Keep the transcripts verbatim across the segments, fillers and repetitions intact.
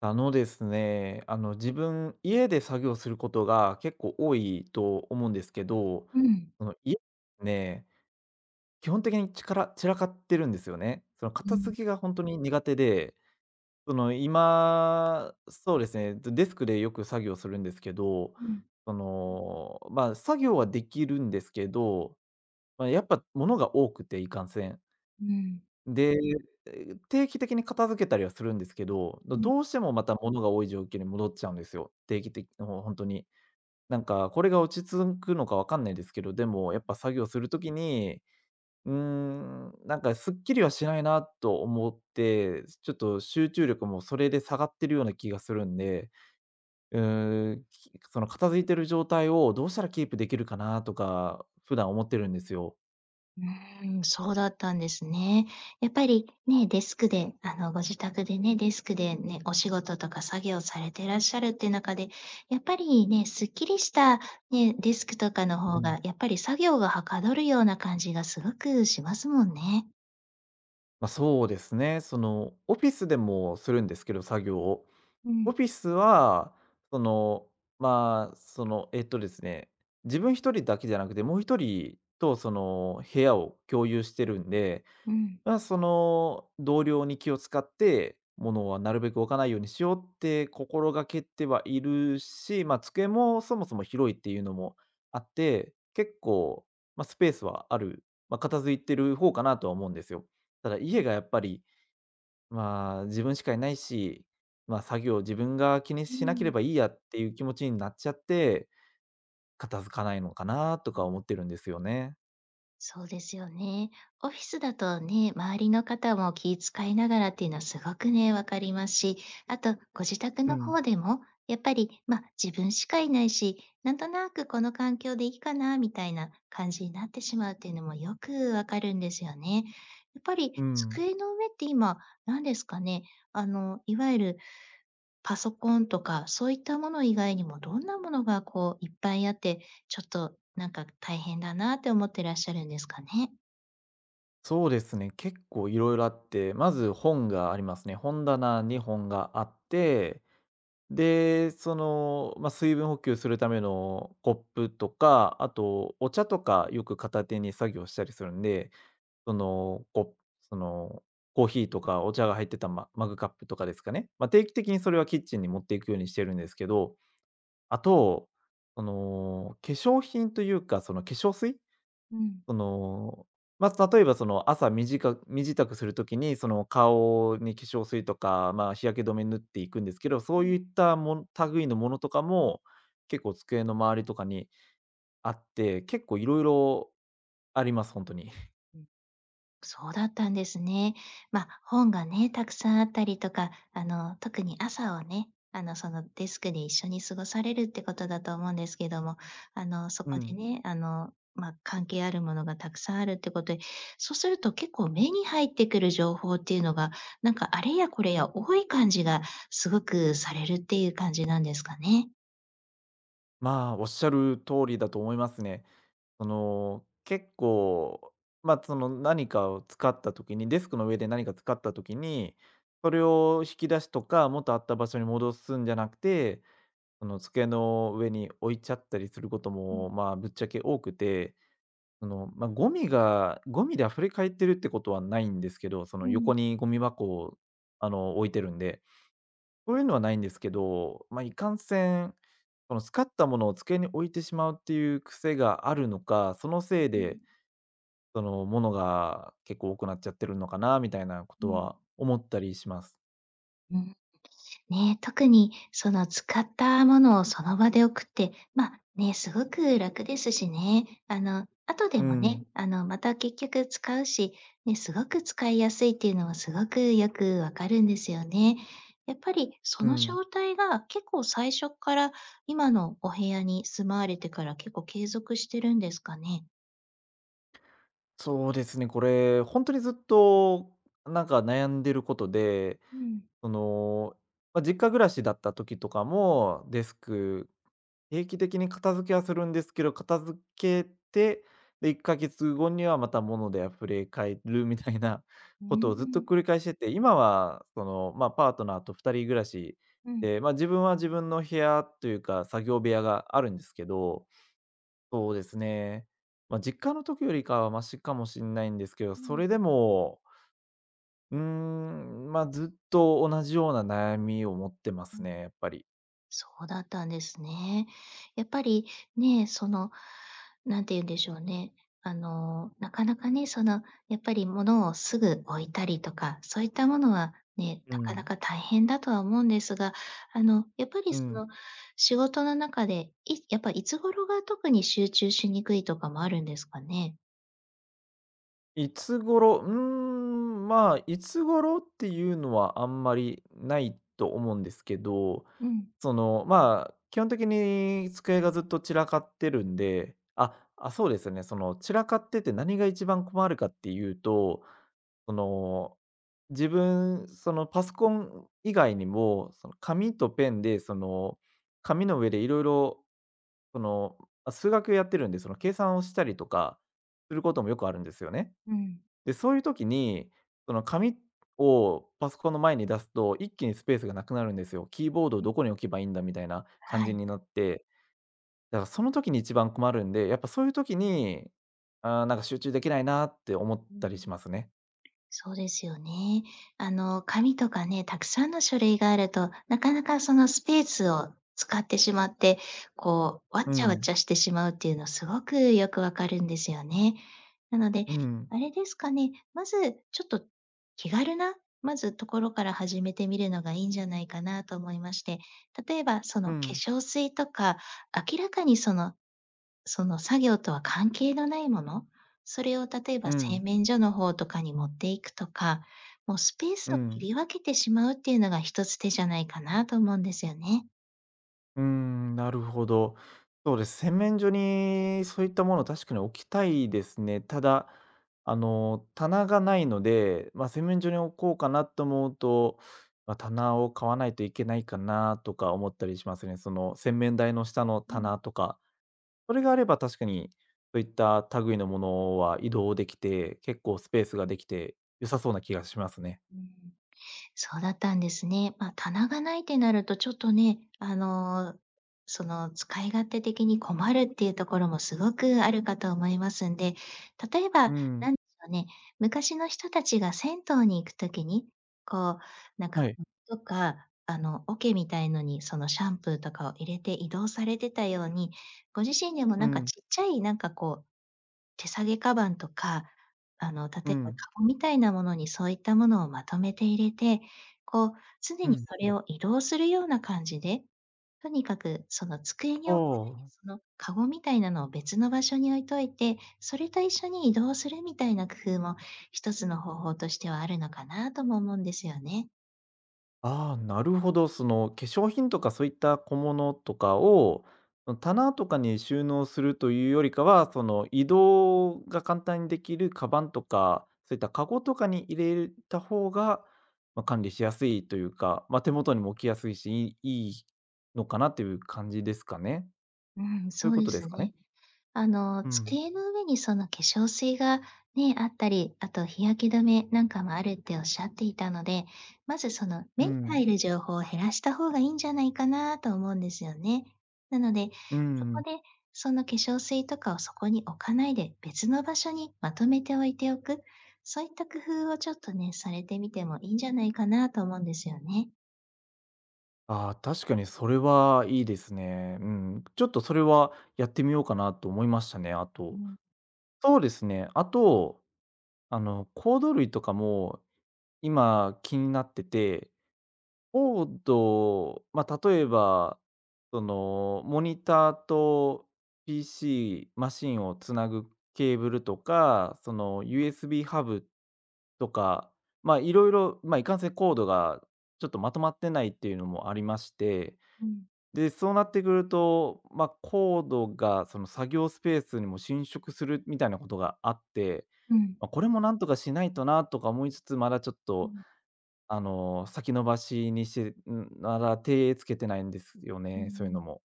あのですね、あの自分、家で作業することが結構多いと思うんですけど、うん、その家ね、基本的に力散らかってるんですよね。そのう片付ん、けが本当に苦手で、その今、そうですね、デスクでよく作業するんですけど、うん、うん、その、まあ、作業はできるんですけど、まあ、やっぱ物が多くていかんせん。で、え、定期的に片付けたりはするんですけど、どうん。どうしてもまた物が多い状況に戻っちゃうんですよ。定期的もうほんとに。なんかこれが落ち着くのかわかんないですけど、でもやっぱ作業する時に、うーん、なんかすっきりはしないなと思って、ちょっと集中力もそれで下がってるような気がするんで、うーん、きその片付いてる状態をどうしたらキープできるかなとか、普段思ってるんですよ。うーん、そうだったんですね。やっぱりね、デスクで、あの、ご自宅でね、デスクでね、お仕事とか作業されてらっしゃるって中で、やっぱりね、すっきりした、ね、デスクとかのう方ん。が、やっぱり作業がはかどるような感じがすごくしますもんね。まあ、そうですね。その、オフィスでもするんですけど、作業を。うオん、フィスは、その、まあ、その、えっとですね、自分一人だけじゃなくて、もう一人とその部屋を共有してるんで、うん、まあ、その同僚に気を使って、物はなるべく置かないようにしようって心がけてはいるし、まあ、机もそもそも広いっていうのもあって、結構、まあ、スペースはある、まあ、片付いてる方かなとは思うんですよ。ただ家がやっぱり、まあ、自分しかいないし、まあ、作業自分が気にうしなけれん。ばいいやっていう気持ちになっちゃって、片付かないのかなとか思ってるんですよね。そうですよね。オフィスだとね、周りの方も気遣いながらっていうのはすごくね、わかりますし、あとご自宅うのん。方でも、やっぱり、まあ、自分しかいないし、なんとなくこの環境でいいかなみたいな感じになってしまうっていうのもよくわかるんですよね。やっぱりうん。机の上って今、何ですかね、あの、いわゆるパソコンとか、そういったもの以外にも、どんなものがこういっぱいあって、ちょっとなんか大変だなって思ってらっしゃるんですかね？そうですね、結構いろいろあって、まず本がありますね。本棚に本があって、で、その、まあ、水分補給するためのコップとか、あとお茶とかよく片手に作業したりするんで、その、こその、コーヒーとかお茶が入ってたママグカップとかですかね。まあ、定期的にそれはキッチンに持っていくようにしてるんですけど、あと、その、化粧品というか、その化粧水？うん。その、まあ、例えばその朝短く身支度するときに、その顔に化粧水とか、まあ、日焼け止め塗っていくんですけど、そううん。いったもん類のものとかも、結構机の周りとかにあって、結構いろいろあります、本当に。そうだったんですね。まあ、本がね、たくさんあったりとか、あの、特に朝をね、あの、その、デスクで一緒に過ごされるってことだと思うんですけども、あの、そうこでん。ね、あの、まあ、関係あるものがたくさんあるってことで、そうすると結構目に入ってくる情報っていうのが、なんか、あれやこれや多い感じがすごくされるっていう感じなんですかね？まあ、おっしゃる通りだと思いますね。その、結構、まあ、その何かを使った時に、デスクの上で何か使った時に、それを引き出しとか、元あった場所に戻すんじゃなくてその机の上に置いちゃったりすることうん、も、まあ、ぶっちゃけ多くて、その、まあ、ゴミがゴミで溢れかえってるってことはないんですけど、そのう横ん、にゴミ箱を、あの、置いてるんで、そういうのはないんですけど、まあ、いかんせん、その使ったものを机に置いてしまうっていう癖があるのか、そのせいうん、で、その、物が結構多くなっちゃってるのかなみたいなことは思ったりします。うん。ね、特にその使ったものをその場で送って、ま、あね、すごく楽ですしね。あの、後うでもね、ん、あの、また結局使うし、ね、すごく使いやすいっていうのはすごくよくわかるんですよね。やっぱりそうのん。状態が結構最初から今のお部屋に住まわれてから結構継続してるんですかね？そうですね、これ、本当にずっとなんか悩んでることで、うん。その、まあ、実家暮らしだった時とかも、デスク、定期的に片付けはするんですけど、片付けて、で、いっかげつごにはまた物で溢れ返るみたいなうことをずっとん。繰り返してて、今はその、まあ、パートナーとふたり暮らしうん。で、まあ、自分は自分の部屋というか、作業部屋があるんですけどそうですね。まあ、実家の時よりかはマシかもしれないんですけど、うそん。れでも、うーん、まあ、ずっと同じような悩みを持ってまうすん。ね、やっぱり。そうだったんですね。やっぱりね、その、なんて言うんでしょうね。あの、なかなかね、その、やっぱり物をすぐ置いたりとか、そういったものはね、うなかなん。か大変だとは思うんですが、あの、やっぱりうそん。の、仕事の中で、いやっぱいつ頃が特に集中しにくいとかもあるんですかね？いつ頃、うーん、まあ、いつ頃っていうのはあんまりないと思うんですけど、うん、その、まあ、基本的に机がずっと散らかってるんで、あ、あ、そうですね、その散らかってて何が一番困るかっていうと、その、自分、その、パソコン以外にも、その、紙とペンで、その、紙の上でいろいろその、あ、数学やってるんで、その、計算をしたりとかすることもよくあるんですよね。うん。で、そういう時に、その、紙をパソコンの前に出すと、一気にスペースがなくなるんですよ。キーボードをうどん。こに置けばいいんだみたいな感はじい。になって、だからその時に一番困るんで、やっぱそういう時に、ああ、なんか集中できないなって思っうたりしん。ますね。そうですよね。あの、紙とかね、たくさんの書類があると、なかなかそのスペースを使ってしまって、こう、わうっちゃわっん、ちゃしてしまうっていうのすごくよくわかるんですよね。なので、うん。あれですかね、まずちょっと気軽な、まずところから始めてみるのがいいんじゃないかなと思いまして、例えばそうの化ん、粧水とか、明らかにそのその作業とは関係のないもの、それを例えうば製ん、麺所の方とかに持っていくとか、もうスペーうスを切ん、り分けてしまうっていうのが一つ手じゃないかなと思うんですよね。うーん、なるほど。そうです。洗面所にそういったものを確かに置きたいですね。ただ、あの、棚がないので、まあ、洗面所に置こうかなと思うと、まあ、棚を買わないといけないかなとか思ったりしますね。その洗面台の下のうん、棚とか、それがあれば確かに、そういった類のものは移動できて、結構スペースができて良さそうな気がしますね。うん、そうだったんですね。ま、あ棚がないってなるとちょっとね、あの、その使い勝手的に困るっていうところもすごくあるかと思いますんで、例えば、うん。なんでしょうね、昔の人たちが銭湯に行くときに、こう、なんかはい。とか、あの、桶みたいのにそのシャンプーとかを入れて移動されてたように、ご自身でもうなんかん、ちっちゃいなんかこう手提げカバンとか、あの、例うえばカん、ゴみたいなものにそういったものをまとめて入れて、こう、う常にん。それを移動するような感じで、とにかくその机に置かないおで、あ、そのカゴみたいなのを別の場所に置いといて、それと一緒に移動するみたいな工夫も一つの方法としてはあるのかなとも思うんですよね。ああ、なるほど。その、化粧品とかそういった小物とかを、その、棚とかに収納するというよりかは、その、移動が簡単にできるカバンとか、そういったカゴとかに入れた方が、まあ、管理しやすいというか、まあ、手元にも置きやすいし、いいいいのかなっていう感じですかね？うん、そうそいううこでとですすかね。ね？あの、うん。机の上にその化粧水がね、あったり、あと日焼け止めなんかもあるっておっしゃっていたので、まずそのう目に入ん。る情報を減らした方がいいんじゃないかなと思うんですよね。なので、うそこん。でその化粧水とかをそこに置かないで別の場所にまとめて置いておく。そういった工夫をちょっとね、されてみてもいいんじゃないかなと思うんですよね。ああ、確かにそれはいいですね。うん。ちょっとそれはやってみようかなと思いましたね、あうと。ん、そうですね。あと、あの、コード類とかも今気になってて、コード、まあ、例えば、その、モニターと ピーシー、マシンをつなぐケーブルとか、その、ユーエスビー ハブとか、まあ、いろいろ、まあ、いかんせんコードがちょっとまとまってないっていうのもありまして、うん、で、そうなってくると、まあ、コードがその作業スペースにも侵食するみたいなことがあって、うん。まあ、これもなんとかしないとなとか思いつつ、まだちょっと、あの、先延ばしにしてん、まだ手つけてないんですようね、そういうん、のも。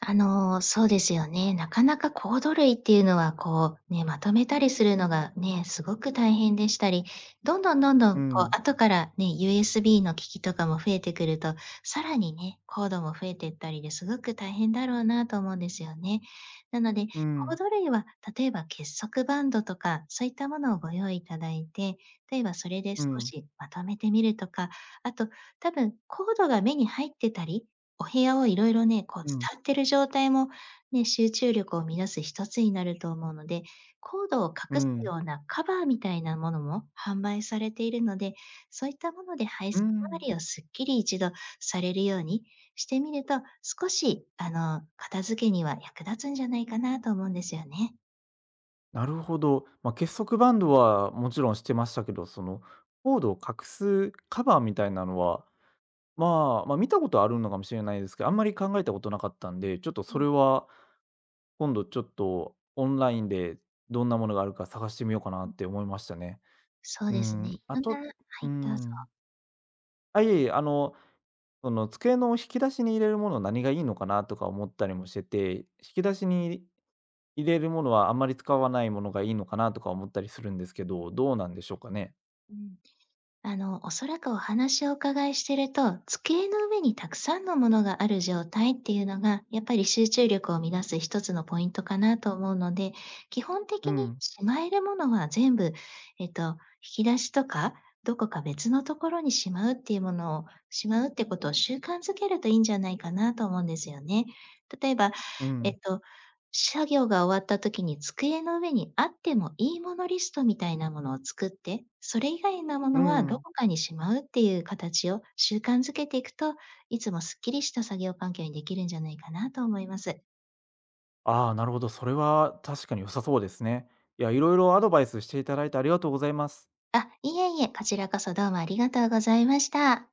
あのー、そうですよね。なかなかコード類っていうのは、こう、ね、まとめたりするのがね、すごく大変でしたり、どんどんどんどうん、こう、ん、後からね、ユーエスビー の機器とかも増えてくると、さらにね、コードも増えていったりですごく大変だろうなと思うんですよね。なので、うコーん、ド類は、例えば結束バンドとか、そういったものをご用意いただいて、例えばそれでう少ん、しまとめてみるとか、あと、多分コードが目に入ってたり、お部屋をいろいろね、こううん、伝ってる状態もね、集中力を乱す一つになると思うので、コードをう隠すよん、うなカバーみたいなものも販売されているので、そういったもので排う水ん、周りをすっきり一度されるようにしてみると、少しあの、片付けには役立つんじゃないかなと思うんですよね。なるほど。まあ、結束バンドはもちろんしてましたけど、そのコードを隠すカバーみたいなのはまあ、まあ、見たことあるのかもしれないですけど、あんまり考えたことなかったんで、ちょっとうそん。れは今度ちょっとオンラインでどんなものがあるか探してみようかなって思いましたね。そううーですね。いん、あろんなとはうーい、どうぞ。ん。あ、いえいえ、あの、その机の引き出しに入れるもの何がいいのかなとか思ったりもしてて、引き出しに入れるものはあんまり使わないものがいいのかなとか思ったりするんですけど、どうなんでしょうかね？うん。あの、おそらくお話をお伺いしてると、机の上にたくさんのものがある状態っていうのが、やっぱり集中力を乱す一つのポイントかなと思うので、基本的うにん、しまえるものは全部、えっと、引き出しとか、どこか別のところにしまうっていうものを、しまうってことを習慣づけるといいんじゃないかなと思うんですよね。例えば、うえん、っと作業が終わった時に机の上にあってもいいものリストみたいなものを作って、それ以外なもうのはどん。こかにしまうっていう形を習慣づけていくと、いつもすっきりした作業環境にできるんじゃないかなと思います。ああ、なるほど。それは確かに良さそうですね。いや、いろいろアドバイスしていただいてありがとうございます。あ、いえいえ、こちらこそどうもありがとうございました。